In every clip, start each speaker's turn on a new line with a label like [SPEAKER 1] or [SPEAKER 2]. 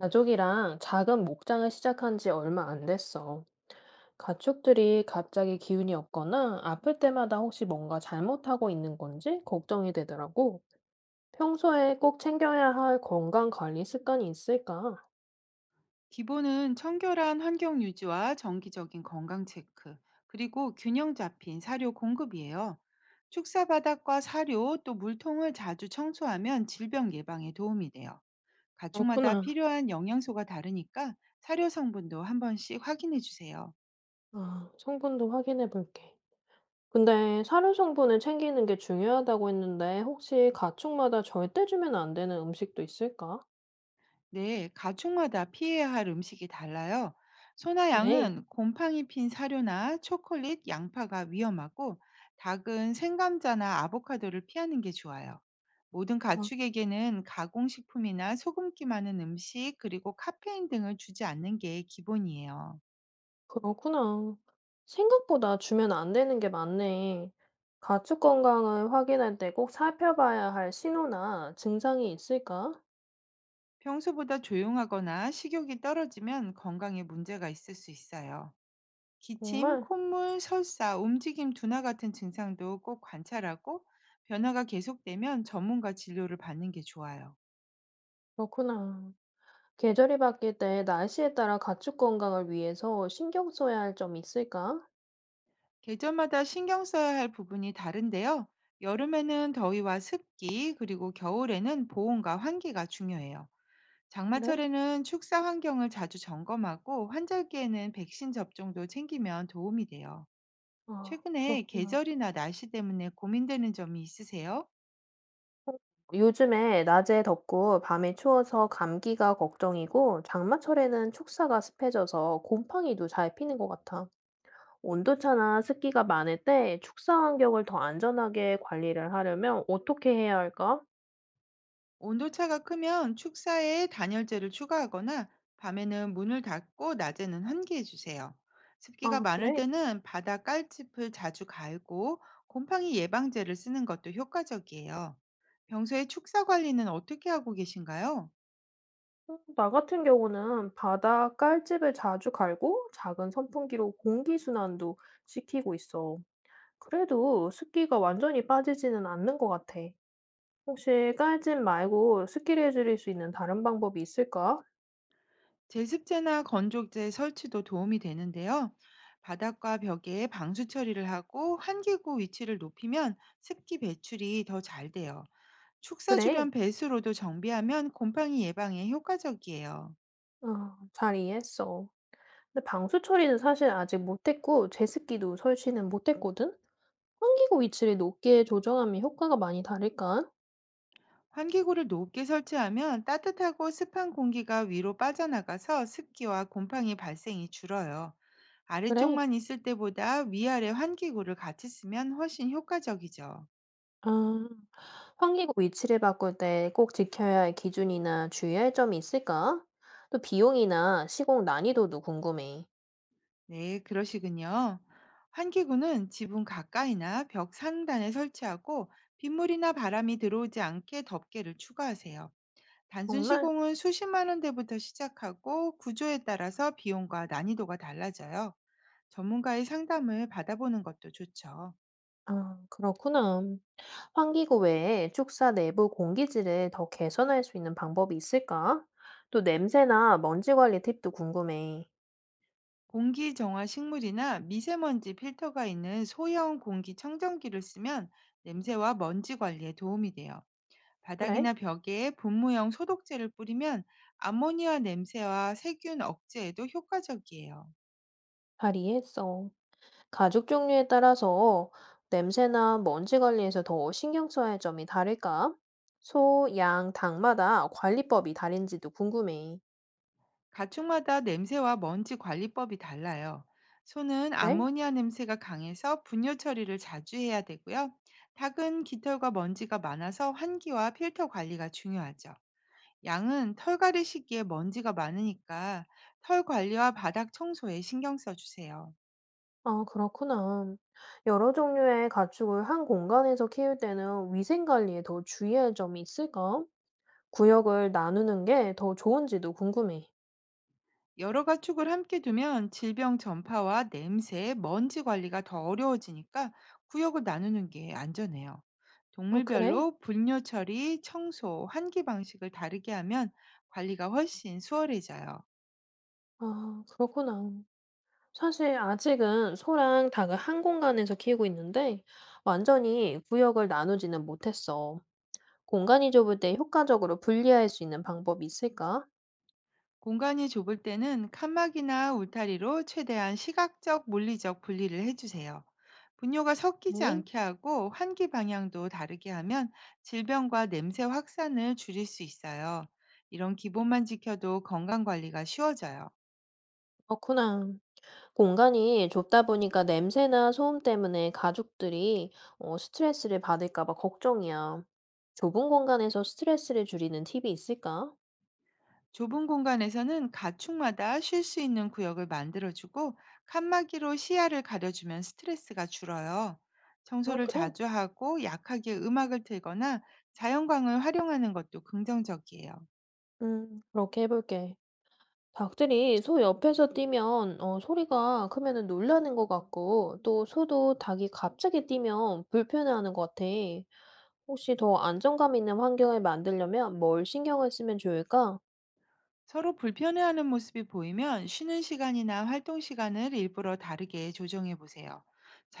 [SPEAKER 1] 가족이랑 작은 목장을 시작한 지 얼마 안 됐어. 가축들이 갑자기 기운이 없거나 아플 때마다 혹시 뭔가 잘못하고 있는 건지 걱정이 되더라고. 평소에 꼭 챙겨야 할 건강 관리 습관이 있을까?
[SPEAKER 2] 기본은 청결한 환경 유지와 정기적인 건강 체크, 그리고 균형 잡힌 사료 공급이에요. 축사 바닥과 사료 또 물통을 자주 청소하면 질병 예방에 도움이 돼요. 가축마다
[SPEAKER 1] 그렇구나.
[SPEAKER 2] 필요한 영양소가 다르니까 사료 성분도 한 번씩 확인해 주세요.
[SPEAKER 1] 아, 성분도 확인해 볼게. 근데 사료 성분을 챙기는 게 중요하다고 했는데 혹시 가축마다 절대 주면 안 되는 음식도 있을까?
[SPEAKER 2] 네, 가축마다 피해야 할 음식이 달라요. 소나
[SPEAKER 1] 그래.
[SPEAKER 2] 양은 곰팡이 핀 사료나 초콜릿, 양파가 위험하고, 닭은 생감자나 아보카도를 피하는 게 좋아요. 모든 가축에게는 가공식품이나 소금기 많은 음식, 그리고 카페인 등을 주지 않는 게 기본이에요.
[SPEAKER 1] 그렇구나. 생각보다 주면 안 되는 게 많네. 가축 건강을 확인할 때 꼭 살펴봐야 할 신호나 증상이 있을까?
[SPEAKER 2] 평소보다 조용하거나 식욕이 떨어지면 건강에 문제가 있을 수 있어요. 기침,
[SPEAKER 1] 정말?
[SPEAKER 2] 콧물, 설사, 움직임 둔화 같은 증상도 꼭 관찰하고 변화가 계속되면 전문가 진료를 받는 게 좋아요.
[SPEAKER 1] 그렇구나. 계절이 바뀔 때 날씨에 따라 가축 건강을 위해서 신경 써야 할 점 있을까?
[SPEAKER 2] 계절마다 신경 써야 할 부분이 다른데요. 여름에는 더위와 습기, 그리고 겨울에는 보온과 환기가 중요해요.
[SPEAKER 1] 그래?
[SPEAKER 2] 장마철에는 축사 환경을 자주 점검하고 환절기에는 백신 접종도 챙기면 도움이 돼요.
[SPEAKER 1] 아,
[SPEAKER 2] 최근에
[SPEAKER 1] 그렇구나.
[SPEAKER 2] 계절이나 날씨 때문에 고민되는 점이 있으세요?
[SPEAKER 1] 어, 요즘에 낮에 덥고 밤에 추워서 감기가 걱정이고 장마철에는 축사가 습해져서 곰팡이도 잘 피는 것 같아. 온도차나 습기가 많을 때 축사 환경을 더 안전하게 관리를 하려면 어떻게 해야 할까?
[SPEAKER 2] 온도차가 크면 축사에 단열재를 추가하거나 밤에는 문을 닫고 낮에는 환기해 주세요. 습기가
[SPEAKER 1] 아,
[SPEAKER 2] 많을
[SPEAKER 1] 그래?
[SPEAKER 2] 때는 바닥 깔집을 자주 갈고 곰팡이 예방제를 쓰는 것도 효과적이에요. 평소에 축사 관리는 어떻게 하고 계신가요?
[SPEAKER 1] 나 같은 경우는 바다 깔집을 자주 갈고 작은 선풍기로 공기 순환도 시키고 있어. 그래도 습기가 완전히 빠지지는 않는 것 같아. 혹시 깔집 말고 습기를 줄일 수 있는 다른 방법이 있을까?
[SPEAKER 2] 제습제나 건조제 설치도 도움이 되는데요. 바닥과 벽에 방수 처리를 하고 환기구 위치를 높이면 습기 배출이 더 잘 돼요. 축사
[SPEAKER 1] 그래.
[SPEAKER 2] 주변 배수로도 정비하면 곰팡이 예방에 효과적이에요.
[SPEAKER 1] 아, 잘 이해했어. 근데 방수 처리는 사실 아직 못했고, 제습기도 설치는 못했거든? 환기구 위치를 높게 조정하면 효과가 많이 다를까?
[SPEAKER 2] 환기구를 높게 설치하면 따뜻하고 습한 공기가 위로 빠져나가서 습기와 곰팡이 발생이 줄어요.
[SPEAKER 1] 그래?
[SPEAKER 2] 아래쪽만 있을 때보다 위아래 환기구를 같이 쓰면 훨씬 효과적이죠.
[SPEAKER 1] 아, 환기구 위치를 바꿀 때 꼭 지켜야 할 기준이나 주의해야 할 점이 있을까? 또 비용이나 시공 난이도도 궁금해.
[SPEAKER 2] 네, 그러시군요. 환기구는 지붕 가까이나 벽 상단에 설치하고 빗물이나 바람이 들어오지 않게 덮개를 추가하세요. 단순
[SPEAKER 1] 정말?
[SPEAKER 2] 시공은 수십만 원대부터 시작하고 구조에 따라서 비용과 난이도가 달라져요. 전문가의 상담을 받아보는 것도 좋죠.
[SPEAKER 1] 아, 그렇구나. 환기구 외에 축사 내부 공기질을 더 개선할 수 있는 방법이 있을까? 또 냄새나 먼지 관리 팁도 궁금해.
[SPEAKER 2] 공기 정화 식물이나 미세먼지 필터가 있는 소형 공기 청정기를 쓰면 냄새와 먼지 관리에 도움이 돼요.
[SPEAKER 1] 그래?
[SPEAKER 2] 바닥이나 벽에 분무형 소독제를 뿌리면 암모니아 냄새와 세균 억제에도 효과적이에요.
[SPEAKER 1] 잘 이해했어. 가죽 종류에 따라서 냄새나 먼지 관리에서 더 신경 써야 할 점이 다를까? 소, 양, 닭마다 관리법이 다른지도 궁금해.
[SPEAKER 2] 가축마다 냄새와 먼지 관리법이 달라요. 소는
[SPEAKER 1] 그래?
[SPEAKER 2] 암모니아 냄새가 강해서 분뇨 처리를 자주 해야 되고요. 닭은 깃털과 먼지가 많아서 환기와 필터 관리가 중요하죠. 양은 털갈이 시기에 먼지가 많으니까 털 관리와 바닥 청소에 신경 써주세요.
[SPEAKER 1] 아, 그렇구나. 여러 종류의 가축을 한 공간에서 키울 때는 위생 관리에 더 주의해야 할 점이 있을까? 구역을 나누는 게 더 좋은지도 궁금해.
[SPEAKER 2] 여러 가축을 함께 두면 질병 전파와 냄새, 먼지 관리가 더 어려워지니까 구역을 나누는 게 안전해요.
[SPEAKER 1] 아, 그래?
[SPEAKER 2] 동물별로 분뇨 처리, 청소, 환기 방식을 다르게 하면 관리가 훨씬 수월해져요.
[SPEAKER 1] 아, 그렇구나. 사실 아직은 소랑 닭을 한 공간에서 키우고 있는데 완전히 구역을 나누지는 못했어. 공간이 좁을 때 효과적으로 분리할 수 있는 방법이 있을까?
[SPEAKER 2] 공간이 좁을 때는 칸막이나 울타리로 최대한 시각적, 물리적 분리를 해주세요. 분뇨가 섞이지
[SPEAKER 1] 네.
[SPEAKER 2] 않게 하고 환기 방향도 다르게 하면 질병과 냄새 확산을 줄일 수 있어요. 이런 기본만 지켜도 건강 관리가 쉬워져요.
[SPEAKER 1] 그렇구나. 공간이 좁다 보니까 냄새나 소음 때문에 가족들이 스트레스를 받을까 봐 걱정이야. 좁은 공간에서 스트레스를 줄이는 팁이 있을까?
[SPEAKER 2] 좁은 공간에서는 가축마다 쉴 수 있는 구역을 만들어주고 칸막이로 시야를 가려주면 스트레스가 줄어요.
[SPEAKER 1] 어,
[SPEAKER 2] 청소를
[SPEAKER 1] 그래?
[SPEAKER 2] 자주 하고 약하게 음악을 틀거나 자연광을 활용하는 것도 긍정적이에요.
[SPEAKER 1] 그렇게 해볼게. 닭들이 소 옆에서 뛰면 소리가 크면 놀라는 것 같고 또 소도 닭이 갑자기 뛰면 불편해하는 것 같아. 혹시 더 안정감 있는 환경을 만들려면 뭘 신경을 쓰면 좋을까?
[SPEAKER 2] 서로 불편해하는 모습이 보이면 쉬는 시간이나 활동 시간을 일부러 다르게 조정해 보세요.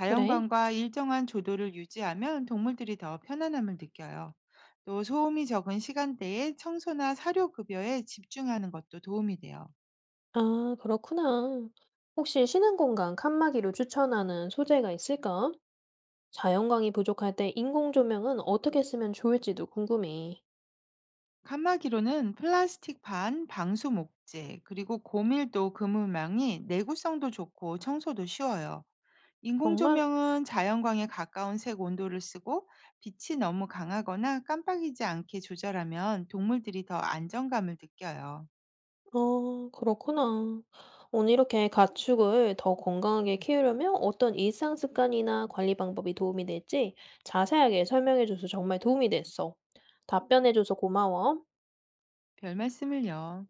[SPEAKER 1] 그래?
[SPEAKER 2] 일정한 조도를 유지하면 동물들이 더 편안함을 느껴요. 또 소음이 적은 시간대에 청소나 사료 급여에 집중하는 것도 도움이 돼요.
[SPEAKER 1] 아, 그렇구나. 혹시 쉬는 공간 칸막이로 추천하는 소재가 있을까? 자연광이 부족할 때 인공 조명은 어떻게 쓰면 좋을지도 궁금해.
[SPEAKER 2] 칸막이로는 플라스틱 반, 방수 목재, 그리고 고밀도 그물망이 내구성도 좋고 청소도 쉬워요. 인공
[SPEAKER 1] 정말?
[SPEAKER 2] 조명은 자연광에 가까운 색 온도를 쓰고 빛이 너무 강하거나 깜빡이지 않게 조절하면 동물들이 더 안정감을 느껴요.
[SPEAKER 1] 아, 그렇구나. 오늘 이렇게 가축을 더 건강하게 키우려면 어떤 일상 습관이나 관리 방법이 도움이 될지 자세하게 설명해줘서 정말 도움이 됐어. 답변해줘서 고마워.
[SPEAKER 2] 별 말씀을요.